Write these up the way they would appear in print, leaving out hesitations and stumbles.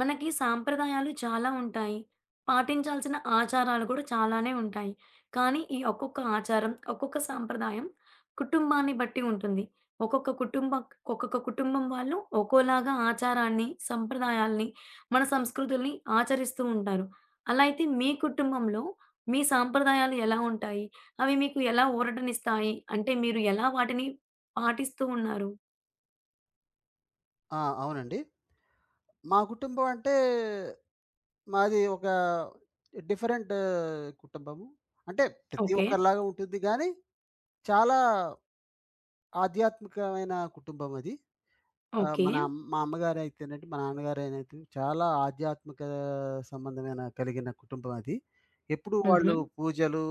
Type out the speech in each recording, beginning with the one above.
మనకి సాంప్రదాయాలు చాలా ఉంటాయి. పాటించాల్సిన ఆచారాలు కూడా చాలానే ఉంటాయి. కానీ ఈ ఒక్కొక్క ఆచారం, ఒక్కొక్క సాంప్రదాయం కుటుంబాన్ని బట్టి ఉంటుంది. ఒక్కొక్క కుటుంబ ఒక్కొక్క కుటుంబం వాళ్ళు ఒక్కోలాగా ఆచారాన్ని, సంప్రదాయాల్ని, మన సంస్కృతుల్ని ఆచరిస్తూ ఉంటారు. అలా అయితే మీ కుటుంబంలో మీ సాంప్రదాయాలు ఎలా ఉంటాయి? అవి మీకు ఎలా ఊరటనిస్తాయి? అంటే మీరు ఎలా వాటిని పాటిస్తూ ఉన్నారు? ఆ! అవునండి. మా కుటుంబం అంటే, మాది ఒక డిఫరెంట్ కుటుంబము. అంటే ప్రతి ఓకే. ఒక్కరిలాగా ఉంటుంది గానీ, చాలా ఆధ్యాత్మికమైన కుటుంబం అది. ఆహ్, ఓకే. మన అమ్ మా అమ్మగారైతేనేంటి, మా నాన్నగారైనైతే చాలా ఆధ్యాత్మిక సంబంధమైన కలిగిన కుటుంబం అది. ఎప్పుడూ హుహు. వాళ్ళు పూజలు,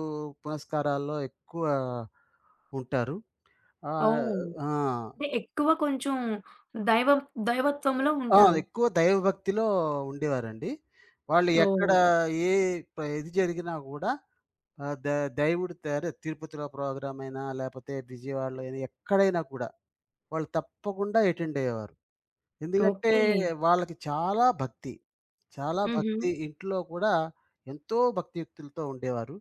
పునస్కారాల్లో ఎక్కువ ఉంటారు. ఆహ్, ఓహ్! ఆ! అంటే ఎక్కువ కొంచెం దైవం దైవత్వంలో ఆ! ఉంటారు. ఎక్కువ దైవభక్తిలో ఉండేవారండి. వాళ్ళు ఎక్కడ ఓహ్! ఏ ప ఇది జరిగినా గూడా ఆహ్, ద దైవుడు తరే తిరుపతిలో ప్రోగ్రామ్ అయినా, లేపోతే విజయవాడలో అయినా ఎక్కడైనా కూడా వాళ్ళు తప్పకుండా అటెండ్ అయ్యేవారు. ఎందుకంటే ఓకే. వాళ్ళకి చాలా భక్తి. చాలా హుహు. భక్తి ఇంట్లో కూడా ఎంతో భక్తియుక్తులతో ఉండేవారు.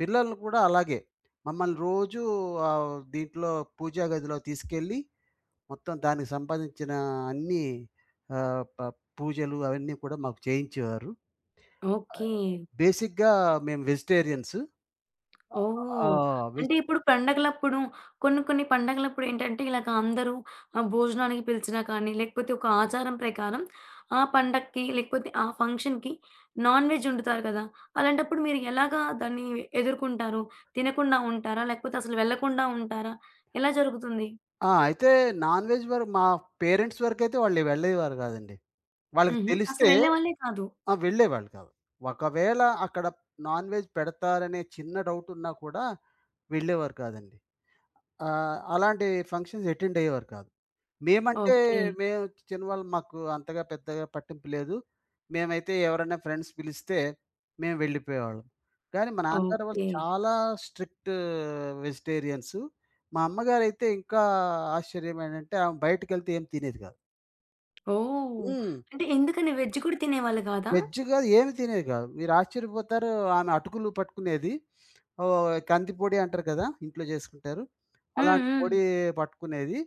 పిల్లల్ని కూడా అలాగే మమ్మల్ని రోజూ దీంట్లో పూజా గదిలో తీసుకెళ్ళి మొత్తం దానికి సంపాదించిన అన్నీ ఆహ్, ప పూజలు అవన్నీ కూడా మాకు చేయించేవారు. ఆహ్, ఓకే. బేసిక్‌గా మేము వెజిటేరియన్స్. ఆ! ఓహ్! వెజ్ అంటే ఇప్పుడు పండగలప్పుడు కొన్ని కొన్ని పండగలప్పుడు ఏంటంటే ఇలాగ అందరూ భోజనానికి పిలిచినా కానీ, లేకపోతే ఒక ఆచారం ప్రకారం ఆ పండక్కి లేకపోతే ఆ ఫంక్షన్‌కి నాన్ వెజ్ వండుతారు కదా! అలాంటప్పుడు మీరు ఎలాగా దాన్ని ఎదుర్కుంటారు? తినకుండా ఉంటారా? లేకపోతే అసలు వెళ్ళకుండా ఉంటారా? ఎలా జరుగుతుంది? ఆ! అయితే నాన్‌వెజ్ వరకు మా పేరెంట్స్ వరకైతే వాళ్ళు వెళ్ళేవారు కాదండి. వాళ్ళకి హుహు. అసలు తెలిస్తే వెళ్ళేవాళ్ళే కాదు. ఆ! వెళ్ళేవాళ్ళు కాదు. ఒకవేళ అక్కడ నాన్‌వెజ్ పెడతారనే చిన్న డౌట్ ఉన్నా కూడా వెళ్ళేవారు కాదండి. అలాంటి ఫంక్షన్స్ అటెండ్ అయ్యేవారు కాదు. మేమంటే ఓకే. మేము చిన్నవాళ్ళు మాకు అంతగా పెద్దగా పట్టింపు లేదు. మేమైతే ఎవరైనా ఫ్రెండ్స్ పిలిస్తే మేము వెళ్ళిపోయేవాళ్ళం. కానీ మా నాన్నగారు వాళ్ళు ఓకే. చాలా స్ట్రిక్ట్ వెజిటేరియన్సు. మా అమ్మగారైతే ఇంకా ఆశ్చర్యం ఏంటంటే ఆమె బయటికెళ్తే ఏం తినేది కాదు. ఓహ్! హ్మ్. అంటే ఎందుకని వెజ్ కూడా తినేవాళ్ళు కాదా? వెజ్ కాదు ఏమి తినేది కాదు. మీరు ఆశ్చర్యపోతారు ఆమె అటుకులు పట్టుకునేది. ఓహ్! కంది పొడి అంటారు కదా! ఇంట్లో చేసుకుంటారు. హ్మ్. అలాంటి హ్మ్. పొడి పట్టుకునేది.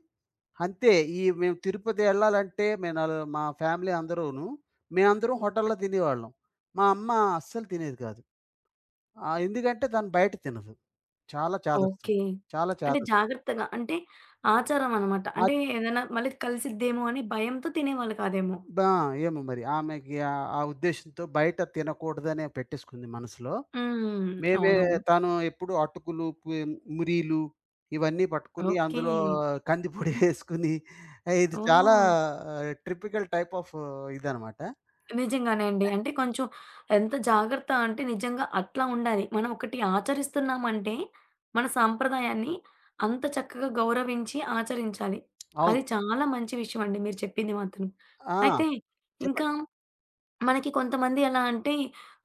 అంతే. ఈ మేము తిరుపతి ఎళ్ళాలంటే మేము నలు మా ఫ్యామిలీ అందరూను, మేమందరం హోటల్‌లో తినేవాళ్ళం. మా అమ్మ అస్సలు తినేది కాదు. ఎందుకంటే తను బయట తినదు. చాలా చాదస్తం. ఓకే. చాలా అంటే చాదస్తం. జాగ్రత్తగా అంటే ఆచారం అన్నమాట. అంటే ఆహ్, ఏదైనా మళ్ళీ కలిసిద్దేమో అని భయంతో తినేవాళ్ళు కాదేమో. బా ఏమో మరి ఆమెకి ఆ ఉద్దేశ్యంతో బయట తినకూడదనే పెట్టేసుకుంది మనసులో. హ్మ్. మేమే అవునవును. తను ఎప్పుడు అటుకులు, మురీలు ఇవన్నీ పట్టుకొని ఓకే. అందులో కందిపొడి వేసుకొని ఇది చాలా ఓహ్! టిపికల్ టైప్ ఆఫ్ ఇదనమాట. నిజంగానే అండి. అంటే కొంచెం ఎంత జాగ్రత్త అంటే నిజంగా అట్లా ఉండాలి. మనం ఒకటి ఆచరిస్తున్నామంటే మన సాంప్రదాయాన్ని అంత చక్కగా గౌరవించి ఆచరించాలి. అది అవును. చాలా మంచి విషయం అండి మీరు చెప్పింది మాత్రం. ఆ! అయితే ఇంకా చెప్పండి. మనకి కొంతమంది ఎలా అంటే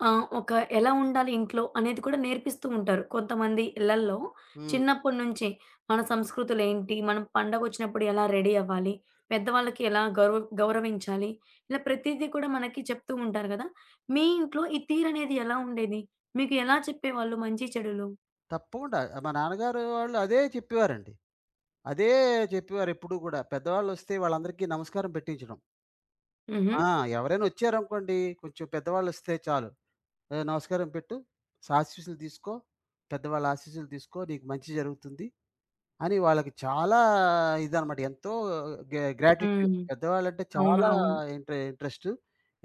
ఆహ్, ఒక ఎలా ఉండాలి ఇంట్లో అనేది కూడా నేర్పిస్తూ ఉంటారు. కొంతమంది ఇళ్లల్లో హ్మ్. చిన్నప్పటి నుంచే మన సంస్కృతులేంటి? మనం పండగొచ్చినప్పుడు ఎలా రెడీ అవ్వాలి? పెద్దవాళ్ళకి ఎలా గౌరవించాలి? ఇలా ప్రతీదీ కూడా మనకి చెప్తూ ఉంటారు గదా! మీ ఇంట్లో ఈ తీరనేది ఎలా ఉండేది? మీకు ఎలా చెప్పేవాళ్ళు మంచి చెడులు? తప్పకుండా. మా నాన్నగారు వాళ్ళు అదే చెప్పేవారండి. అదే చెప్పేవారు ఎప్పుడూ గూడా. పెద్దవాళ్ళొస్తే వాళ్ళందరికీ నమస్కారం పెట్టించడం. హుహు. ఆ! ఎవరైనా వచ్చారనుకోండి, కొంచెం పెద్దవాళ్ళొస్తే చాలు. "ఏ నమస్కారం పెట్టు, ఆశీస్సులు తీసుకో, పెద్దవాళ్ళ ఆశీస్సులు తీసుకో, నీకు మంచి జరుగుతుంది." అని వాళ్ళకి చాలా ఇదనమాట. ఎంతో గ్రాటిట్యూడ్. హ్మ్. పెద్దవాళ్ళంటే అవును. చాలా అవును. ఇంట్రెస్టు.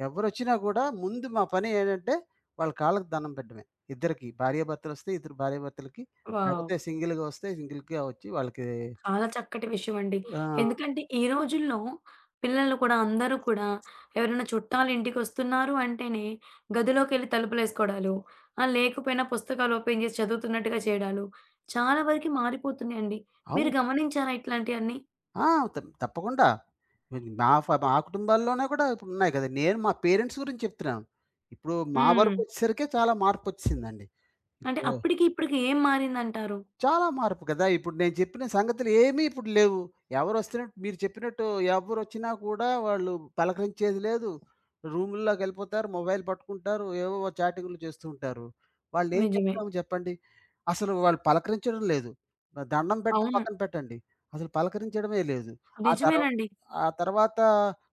ఎవరొచ్చినా గూడా ముందు మా పని ఏంటంటే, వాళ్ళ కాళ్ళకి దండం పెట్టడమే. ఇద్దరికీ భార్యాభర్తలొస్తే ఇద్దరు భార్యాభర్తలకి, వావ్! లేకపోతే సింగిల్‌గా వస్తే సింగిల్‌గా వచ్చి వాళ్ళకి చాలా చక్కటి విషయం అండి. ఆ! ఎందుకంటే ఈ రోజుల్లో పిల్లలు కూడా అందరూ కూడా ఎవరైనా చుట్టాలు ఇంటికొస్తున్నారు అంటేనే గదిలోకెళ్ళి తలుపులేసుకోవడాలు, లేకపోయినా పుస్తకాలు ఓపెన్ చేసి చదువుతున్నట్టుగా చేయడాలు చాలా వరకి మారిపోతున్నాయండి. మీరు అవును. గమనించారా ఇట్లాంటియన్నీ? ఆ! త తప్పకుండా. ఇది నా ఫ మా కుటుంబాల్లోనే కూడా ఇప్పుడున్నాయి కదా! నేను మా పేరెంట్స్ గురించి చెప్తున్నాను. ఇప్పుడు మా హ్మ్. వరకొచ్చేసరికే చాలా మార్పొచ్చేసిందండి. అంటే ఇప్పుడు అప్పటికి ఇప్పటికి ఏం మారిందంటారు? చాలా మార్పు కదా! ఇప్పుడు నేను చెప్పిన సంగతులు ఏమీ ఇప్పుడు లేవు. ఎవరొస్తున్నట్టు మీరు చెప్పినట్టు ఎవరొచ్చినా కూడా వాళ్ళు పలకరించేది లేదు. రూముల్లోకెళ్ళిపోతారు. మొబైల్ పట్టుకుంటారు. ఏవేవో చాటింగ్‌లు చేస్తూ ఉంటారు. వాళ్ళేం నిజమే. చెప్తాము చెప్పండి? అసలు వాళ్ళు పలకరించడం లేదు. దండం పెట్టడం అవును. పక్కన పెట్టండి. అసలు పలకరించడమే లేదు. ఆ తర్వా నిజమేనండి. ఆ తర్వాత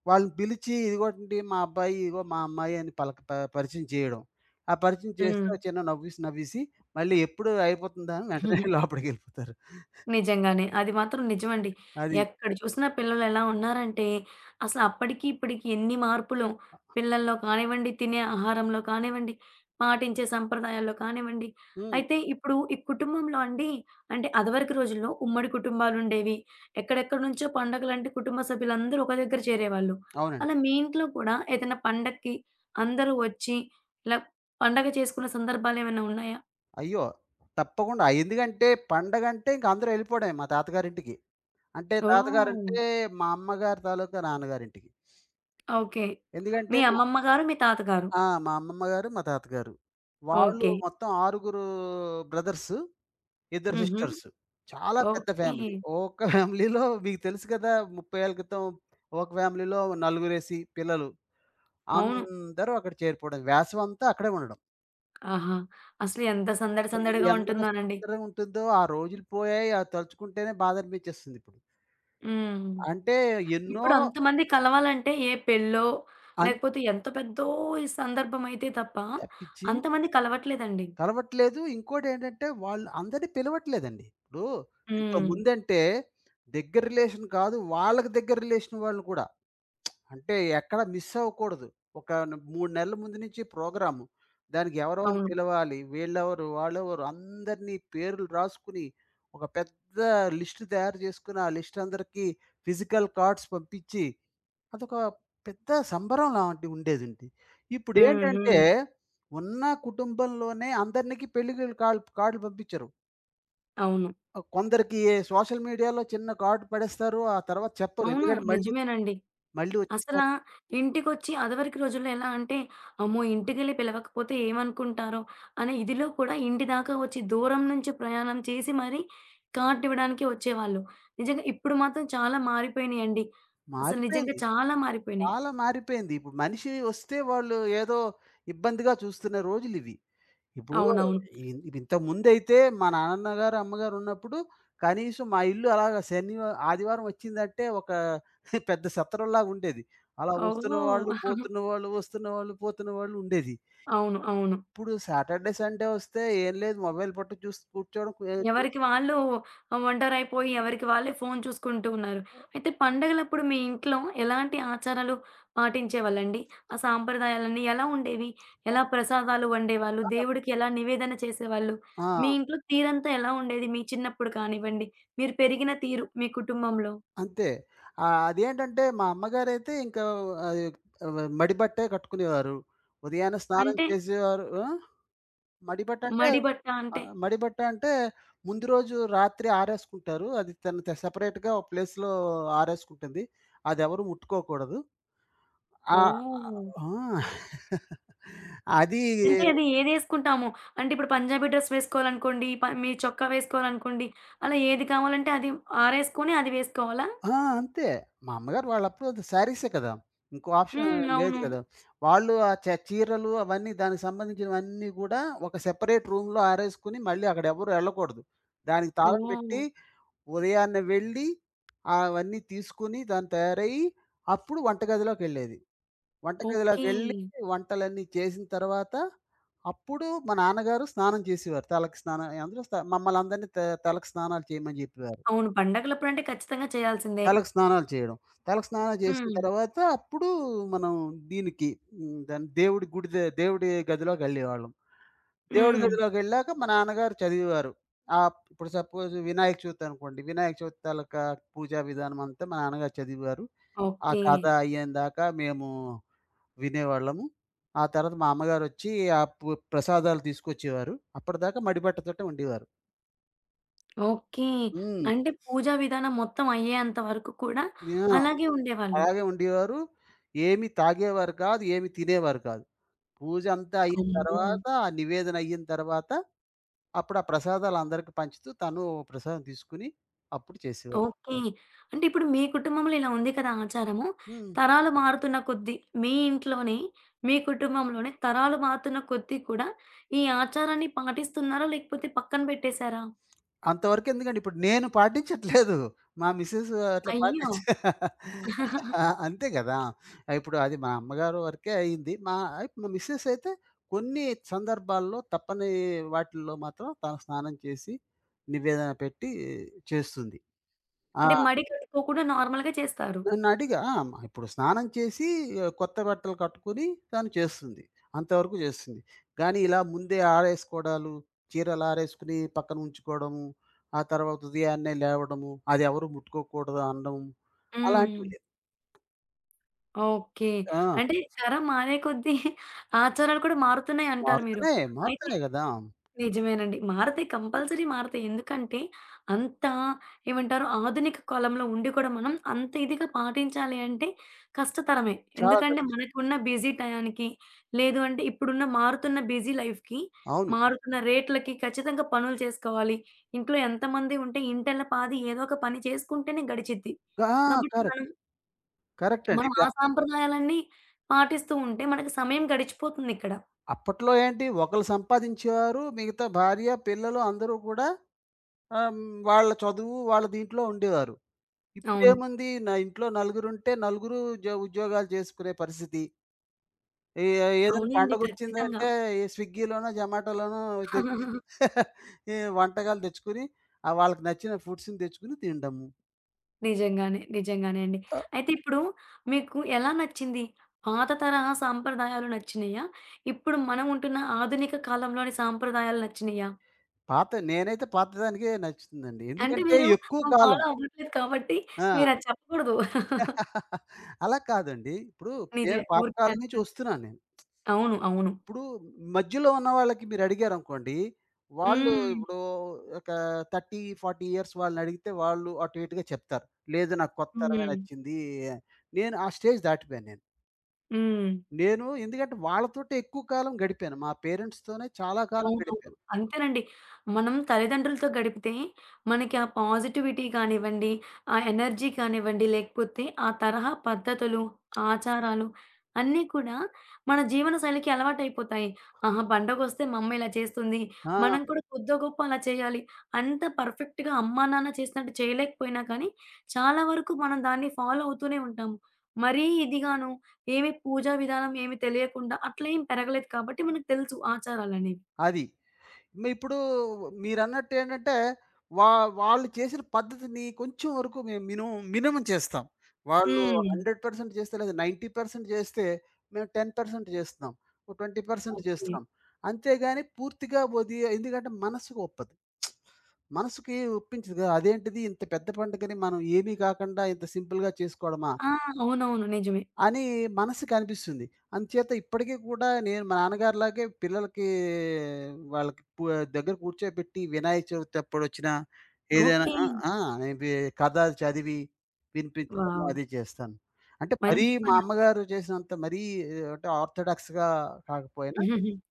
వాళ్ళని పిలిచి ఇదిగోండి మా అబ్బాయి, ఇదిగో మా అమ్మాయి అని పలక ప పరిచయం చేయడం. ఆ పరిచయం హ్మ్. చేస్తే చిన్న నవ్విసి నవ్వేసి మళ్ళీ ఎప్పుడు అయిపోతుందా అని వెంటనే లోపలికెళ్ళిపోతారు. నిజంగానే. అది మాత్రం నిజమండి. అది. ఎక్కడ చూసినా పిల్లలెలా ఉన్నారంటే, అసలు అప్పటికి, ఇప్పటికి ఎన్ని మార్పులో. పిల్లల్లో కానివ్వండి, తినే ఆహారంలో కానివ్వండి, పాటించే సంప్రదాయాల్లో కానివ్వండి. హ్మ్. అయితే ఇప్పుడు ఈ కుటుంబంలో అండి, అంటే అదివరకు రోజుల్లో ఉమ్మడి కుటుంబాలుండేవి. ఎక్కడెక్కడి నుంచో పండగలంటే కుటుంబ సభ్యులందరూ ఒక దగ్గర చేరేవాళ్ళు. అవునండి. అలా మీ ఇంట్లో కూడా ఏదైనా పండక్కి అందరూ వచ్చి ఇలా పండగ చేసుకున్న సందర్భాలేమైనా ఉన్నాయా? అయ్యో! తప్పకుండా. ఎందుకంటే పండగంటే ఇంక అందరూ ఎళ్ళిపోవడమే మా తాతగారింటికి. అంటే ఓహ్! తాతగారంటే మా అమ్మగారి తాలూకా నాన్నగారింటికి. ఓకే. ఎందుకంటే మీ అమ్మమ్మ గారు, మీ తాతగారు. ఆ! మా అమ్మమ్మ గారు, మా తాతగారు. వాళ్ళు ఓకే. మొత్తం ఆరుగురు బ్రదర్సు, ఇద్దరు హుహు. సిస్టర్స్. చాలా పెద్ద ఓకే. ఫ్యామిలీ. ఒక ఫ్యామిలీలో మీకు తెలుసు కదా! 30 ఏళ్ల క్రితం ఒక ఫ్యామిలీలో నలుగురేసి పిల్లలు. అవును. అందరూ అక్కడ చేరిపోవడం. వేసవి అంతా అక్కడే ఉండడం. ఆహా! అసలు ఎంత సందడి సందడిగా ఎందర ఉంటుందోనండి. సుందరంగా ఉంటుందో ఆ రోజులు పోయాయి. అది తలుచుకుంటేనే బాధ అనిపించేస్తుంది ఇప్పుడు. హ్మ్. అంటే ఎన్నో ఇప్పుడు అంతమంది కలవాలంటే ఏ పెళ్ళో, అని లేకపోతే ఎంత పెద్దో ఈ సందర్భం అయితే తప్ప తప్పించి అంతమంది కలవట్లేదండి. కలవట్లేదు. ఇంకోటేంటంటే వాళ్ళు అందరిని పిలవట్లేదండి. ఇప్పుడు హ్మ్. ఇంతకుముందంటే దగ్గర రిలేషన్ కాదు వాళ్ళకి దగ్గర రిలేషన్ వాళ్ళు కూడా. అంటే ఎక్కడ మిస్ అవ్వకూడదు. ఒక న్ 3 నెలల ముందు నుంచి ప్రోగ్రాము. దానికి ఎవరెవరిని అవును. పిలవాలి, వీళ్ళెవరు, వాళ్ళెవరు అందరిని పేర్లు రాసుకుని, ఒక పెద్ద లిస్ట్ తయారు చేసుకొని, ఆ లిస్ట్ అందరికీ ఫిజికల్ కార్డ్స్ పంపించి, అదొక పెద్ద సంబరం లాంటివి ఉండేదుండి. హ్మ్. ఇప్పుడేంటంటే, హ్మ్. ఉన్న కుటుంబంలోనే అందరినికి పెళ్ళిళ్ళ కార్డులు పంపించరు. అవును. కొందరికి సోషల్ మీడియాలో చిన్న కార్డ్ పడేస్తారు. ఆ తర్వాత చెప్పరు. అవును. ఎందుకంటే మళ్ళీ, నిజమేనండి. అసలా వచ్చేస్తారు. ఇంటికొచ్చి అదివరకు రోజుల్లో ఎలా అంటే, అమ్మో! ఇంటికెళ్ళి పిలవకపోతే ఏమనుకుంటారో అనే ఇదిలో కూడా ఇంటి దాకా వచ్చి దూరం నుంచి ప్రయాణం చేసి మరీ కార్డ్ ఇవ్వడానికి వచ్చేవాళ్ళు. నిజంగా ఇప్పుడు మాత్రం చాలా మారిపోయినియండి. అసలు నిజంగా మారిపోయింది. చాలా మారిపోయినియి. చాలా మారిపోయింది. ఇప్పుడు మనిషి వస్తే వాళ్ళు ఏదో ఇబ్బందిగా చూస్తున్న రోజులివి. ఇప్పుడు అవునవును. ఇంతకుముందైతే మా నాన్నగారు, అమ్మగారు ఉన్నప్పుడు కనీసం మా ఇల్లు అలాగా ఆదివారం వచ్చిందంటే ఒక పెద్ద సత్రంలాగా ఉండేది. అలా వస్తున్న వాళ్ళు, ఓహ్! పోతున్న వాళ్ళు, వస్తున్న వాళ్ళు, పోతున్న వాళ్ళు ఉండేది. అవును. అవును. ఇప్పుడు సాటర్‌డే, సండే వస్తే ఏం లేదు మొబైల్ పట్టు చూసి కూర్చోవడం. ఎవరికి వాళ్ళు ఒంటరైపోయి, ఎవరికి వాళ్ళే ఫోను చూసుకుంటూ ఉన్నారు. అయితే పండగలప్పుడు మీ ఇంట్లో ఎలాంటి ఆచారాలు పాటించేవాళ్ళండి? ఆ సాంప్రదాయాలన్నీ ఎలా ఉండేవి? ఆ! ఎలా ప్రసాదాలు వండేవాళ్ళు? దేవుడికి ఎలా నివేదన చేసేవాళ్ళు? ఆ, మీ ఇంట్లో తీరంతా ఎలా ఉండేది? మీ చిన్నప్పుడు కానివ్వండి, మీరు పెరిగిన తీరు మీ కుటుంబంలో? అంతే. అదేంటంటే మా అమ్మగారైతే ఇంకా అది మడిబట్టే కట్టుకునేవారు. ఉదయాన్నే స్నానం అంటే చేసేవారు. ఆ! మడిబట్ట అంటే మడి బట్ట అంటే మడిబట్ట అంటే ముందు రోజు రాత్రి ఆరేసుకుంటారు. అది తను సెపరేట్‌గా ఒక ప్లేస్‌లో ఆరేసుకుంటుంది. అదెవరు ముట్టుకోకూడదు. ఆ! ఓహ్! ఆ! అది అంటే అది ఏదేసుకుంటాము. అంటే ఇప్పుడు పంజాబీ డ్రెస్ వేసుకోవాలనుకోండి, మీరు చొక్కా వేసుకోవాలనుకోండి, అలా ఏది కావాలంటే అది ఆరేసుకొని అది వేసుకోవాలా? ఆ! అంతే. మా అమ్మగారు వాళ్ళప్పుడు అది శారీసే కదా! ఇంకో ఆప్షన్ హ్మ్. లేదు అవును. కదా! వాళ్ళు ఆ చ చీరలు అవన్నీ దానికి సంబంధించినవన్నీ గూడా ఒక సెపరేట్ రూమ్‌లో ఆరేసుకొని మళ్ళీ అక్కడెవరు ఎళ్ళకూడదు. దానికి తాళం ఓహ్! పెట్టి ఉదయాన్నే వెళ్ళి అవన్నీ తీసుకొని దాన్ని తయారయ్యి అప్పుడు వంటగదిలోకెళ్ళేది. ఓకే. వంటగదిలోకెళ్ళి వంటలన్నీ చేసిన తర్వాత అప్పుడు మా నాన్నగారు స్నానం చేసేవారు. తలకి స్నానం అందరూ స్నా మమ్మల్నందరిని త తలకి స్నానాలు చేయమని చెప్పేవారు. అవును. పండగలప్పుడంటే ఖచ్చితంగా చేయాల్సిందే. తలకు స్నానాలు చేయడం. తలకు స్నానాలు చేసిన హ్మ్. తర్వాత అప్పుడు మనం దీనికి దాన్ని దేవుడి గుడి ద దేవుడి గదిలోకెళ్ళేవాళ్ళం. దేవుడి హ్మ్. గదిలోకెళ్ళాక మా నాన్నగారు చదివేవారు. ఇప్పుడు సపోజ్ వినాయక చవితి అనుకోండి. వినాయక చవితి తాలూకా పూజా విధానం అంతా మా నాన్నగారు చదివేవారు. ఆ ఓకే. కథ అయ్యేందాకా మేము వినేవాళ్ళము. ఆ తర్వాత మా అమ్మగారొచ్చి ఆ ప్రసాదాలు తీసుకొచ్చేవారు. అప్పటిదాకా మడిబట్టతోటే ఉండేవారు. ఓకే. హ్మ్. అంటే పూజా విధానం మొత్తం అయ్యేంత వరకు కూడా ఆ! అలాగే ఉండేవాళ్ళు. అలాగే ఉండేవారు. ఏమి తాగేవారు కాదు. ఏమి తినేవారు కాదు. పూజ అంతా అయిన అమ్మో! తర్వాత, ఆ నివేదన అయిన తర్వాత, అప్పుడు ఆ ప్రసాదాలు అందరికి పంచుతూ తను ఓ ప్రసాదం తీసుకొని అప్పుడు చేసేవారు. ఓకే. అంటే ఇప్పుడు మీ కుటుంబంలో ఇలా ఉంది కదా ఆచారము. హ్మ్. తరాలు మారుతున్న కొద్దీ మీ ఇంట్లోనే, మీ కుటుంబంలోనే తరాలు మారుతున్న కొద్దీ కూడా ఈ ఆచారాన్ని పాటిస్తున్నారా? లేకపోతే పక్కన పెట్టేసారా? అంతవరకు ఎందుకండి ఇప్పుడు నేను పాటించట్లేదు. మా మిసెస్ అట్లా అయ్యో! పాటించ ఆ! అంతే కదా! ఇప్పుడు అది మా అమ్మగారు వరకే అయింది. మా మా మిసెస్ అయితే కొన్ని సందర్భాల్లో తప్పని వాటిల్లో మాత్రం తను స్నానం చేసి, నివేదన పెట్టి చేస్తుంది. ఆ! అంటే మడి కట్టుకోకుండా నార్మల్‌గా చేస్తారు. నన్నడిగా ఆ! ఇప్పుడు స్నానం చేసి ఆ, కొత్త బట్టలు కట్టుకొని తను చేస్తుంది. అంతవరకు చేస్తుంది. కానీ ఇలా ముందే ఆరేసుకోవడాలు, చీరలు ఆరేసుకొని పక్కన ఉంచుకోవడము, ఆ తర్వాత ఉదయాన్నే లేవడము, అది ఎవరు ముట్టుకోకూడదు అనడం హ్మ్. అలాంటివి లేదు. ఓకే. ఆ! అంటే తరం మారే కొద్దీ ఆచారాలు కూడా మారుతున్నాయి అంటారు మీరు. మారుతున్నాయి. అయితే మారుతున్నాయి గదా! నిజమేనండి. మారతాయి కంపల్సరీ మారతాయి. ఎందుకంటే అంత ఏమంటారు ఆధునిక కాలంలో ఉండి కూడా మనం అంత ఇదిగా పాటించాలి అంటే కష్టతరమే. చాలా ఎందుకంటే కష్టం. మనకున్న బిజీ టయానికి లేదు అంటే ఇప్పుడున్న మారుతున్న బిజీ లైఫ్‌కి, అవును. మారుతున్న రేట్లకి ఖచ్చితంగా పనులు చేసుకోవాలి. ఇంట్లో ఎంతమంది ఉంటే ఇంటిల్ల పాది ఏదో ఒక పని చేసుకుంటేనే గడిచిద్ది. ఆ! కాబట్టి కరెక్ట్. మనం కరెక్ట్ అండి. మనం ఇక ఆ సాంప్రదాయాలన్నీ పాటిస్తూ ఉంటే మనకి సమయం గడిచిపోతుందిక్కడ. అప్పట్లో ఏంటి ఒకళ్ళు సంపాదించేవారు. మిగతా భార్య, పిల్లలు అందరూ కూడా ఆహ్, వాళ్ళ చదువు వాళ్ళ దీంట్లో ఉండేవారు. అవును. ఇప్పుడేముంది నా ఇంట్లో నలుగురుంటే నలుగురు ఉద్యోగాలు చేసుకునే పరిస్థితి. ఏ ఏదైనా అవునండి. ఖచ్చితంగా. పండగొచ్చిందంటే ఈ స్విగ్గీలోనో, జొమాటోలోనో తె ఈ వంటకాలు తెచ్చుకొని వాళ్ళకి నచ్చిన ఫుడ్స్‌ని తెచ్చుకొని తినడము. నిజంగానే. నిజంగానే అండి. అయితే ఇప్పుడు మీకు ఎలా నచ్చింది? పాత తరహా సాంప్రదాయాలు నచ్చినయా? ఇప్పుడు మనం ఉంటున్న ఆధునిక కాలంలోని సాంప్రదాయాలు నచ్చినయా? పాత నేనైతే పాతదానికే నచ్చుతుందండి. అంటే ఎందుకంటే మీరు ఎక్కువ కాలం ఫాలో అవ్వట్లేదు కాబట్టి ఆ! మీరది చెప్పకూడదు. అలా కాదండి. ఇప్పుడు నేను నిజమే. ఊరికే పాతకాలం నుంచి అంటున్నాను. వస్తున్నాను నేను. అవును. అవును. ఇప్పుడు మధ్యలో ఉన్న వాళ్ళకి మీరడిగారనుకోండి, వాళ్ళు హ్మ్. ఇప్పుడు ఒక 30, 40 ఇయర్స్ వాళ్ళనడిగితే వాళ్ళు అటు ఇటుగా చెప్తారు. లేదు నాకు కొత్త తరమే హ్మ్. నచ్చింది. నేను ఆ స్టేజ్ దాటిపోయాను నేను. హ్మ్. నేను ఎందుకంటే వాళ్ళతోటే ఎక్కువ కాలం గడిపాను. మా పేరెంట్స్‌తోనే చాలా కాలం అవునవును. గడిపాను. అంతేనండి. మనం తల్లిదండ్రులతో గడిపితే, మనకి ఆ పాజిటివిటీ కానివ్వండి, ఆ ఎనర్జీ కానివ్వండి, లేకపోతే ఆ తరహా పద్ధతులు, ఆచారాలు అన్నీ కూడా మన జీవన శైలికి అలవాటైపోతాయి. ఆహా! పండగొస్తే మా అమ్మ ఇలా చేస్తుంది. ఆ! మనం కూడా కొద్దో గొప్పో అలా చేయాలి. అంత పర్ఫెక్ట్‌గా అమ్మా, నాన్న చేసినట్టు చేయలేకపోయినా కానీ, చాలా వరకు మనం దాన్ని ఫాలో అవుతూనే ఉంటాము. మరీ ఇదిగాను ఏమి పూజా విధానం ఏమి తెలియకుండా అట్లా ఏం పెరగలేదు కాబట్టి మనకు తెలుసు ఆచారాలనేవి. అది. మీ ఇప్పుడు మీరన్నట్టు ఏంటంటే, వా వాళ్ళు చేసిన పద్ధతిని కొంచెం వరకు మేము మినిమం మినిమం చేస్తాం. వాళ్ళు హ్మ్. 100% చేస్తే లేదా 90% చేస్తే, మేము 10% చేస్తున్నాం. ఓ 20% ఓకే. చేస్తున్నాం. అంతేగాని పూర్తిగా వది ఎందుకంటే మనసుకు ఒప్పదు. మనసుకి ఒప్పించదు కదా! అదేంటిది ఇంత పెద్ద పండుగని మనం ఏమీ కాకుండా ఇంత సింపుల్‌గా చేసుకోవడమా? ఆ! అవునవును. నిజమే. అని మనసుకి అనిపిస్తుంది. అందుచేత ఇప్పటికి కూడా నేను మా నాన్నగారిలాగే పిల్లలకి వాళ్ళకి దగ్గర కూర్చోబెట్టి వినాయక చవితి అప్పుడొచ్చినా ఏదైనా ఓకే. ఆ! హ్మ్. ఆ! నేను కథ చదివి వినిపించడము వావ్! అది చేస్తాను. అంటే మరీ మంచి మా పనండి. అమ్మగారు చేసినంత మరీ అంటే ఆర్థోడాక్స్‌గా కాకపోయినా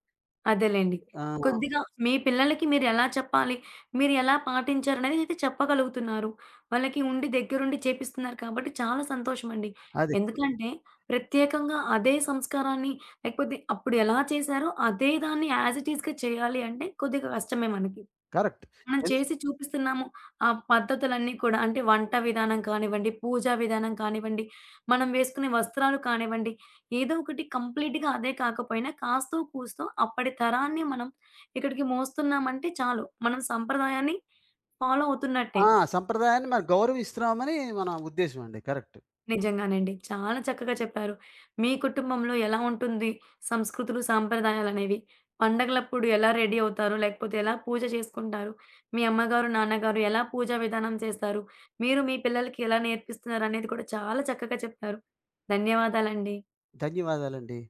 అదేలెండి. ఆ! కొద్దిగా మీ పిల్లలకి మీరెలా చెప్పాలి, మీరెలా పాటించారనేది అయితే చెప్పగలుగుతున్నారు. వాళ్ళకి ఉండి దగ్గరుండి చేపిస్తున్నారు కాబట్టి చాలా సంతోషమండి. అది. ఎందుకంటే ప్రత్యేకంగా అదే సంస్కారాన్ని లేకపోతే అప్పుడు ఎలా చేశారో అదే దాన్ని యాజ్ ఇట్ ఈస్‌గా చేయాలి అంటే కొద్దిగా కష్టమే మనకి. కరెక్ట్. మనం ఎందు చేసి చూపిస్తున్నాము. ఆ పద్ధతులన్నీ కూడా అంటే వంట విధానం కానివ్వండి, పూజా విధానం కానివ్వండి, మనం వేసుకునే వస్త్రాలు కానివ్వండి, ఏదో ఒకటి కంప్లీట్‌గా అదే కాకపోయినా కాస్తో కూస్తో అప్పటి తరాన్ని మనం ఇక్కడికి మోస్తున్నామంటే చాలు. మనం సంప్రదాయాన్ని ఫాలో అవుతున్నట్టే. ఆ! సంప్రదాయాన్ని మనం గౌరవిస్తున్నామని మన ఉద్దేశం అండి. కరెక్ట్. నిజంగానండి. చాలా చక్కగా చెప్పారు. మీ కుటుంబంలో ఎలా ఉంటుంది సంస్కృతులు, సాంప్రదాయాలనేవి? పండగలప్పుడు ఎలా రెడీ అవుతారు? లేకపోతే ఎలా పూజ చేసుకుంటారు? మీ అమ్మగారు, నాన్నగారు ఎలా పూజా విధానం చేస్తారు? మీరు మీ పిల్లలకి ఎలా నేర్పిస్తున్నారు అనేది కూడా చాలా చక్కగా చెప్పారు. ధన్యవాదాలండి. ధన్యవాదాలండి.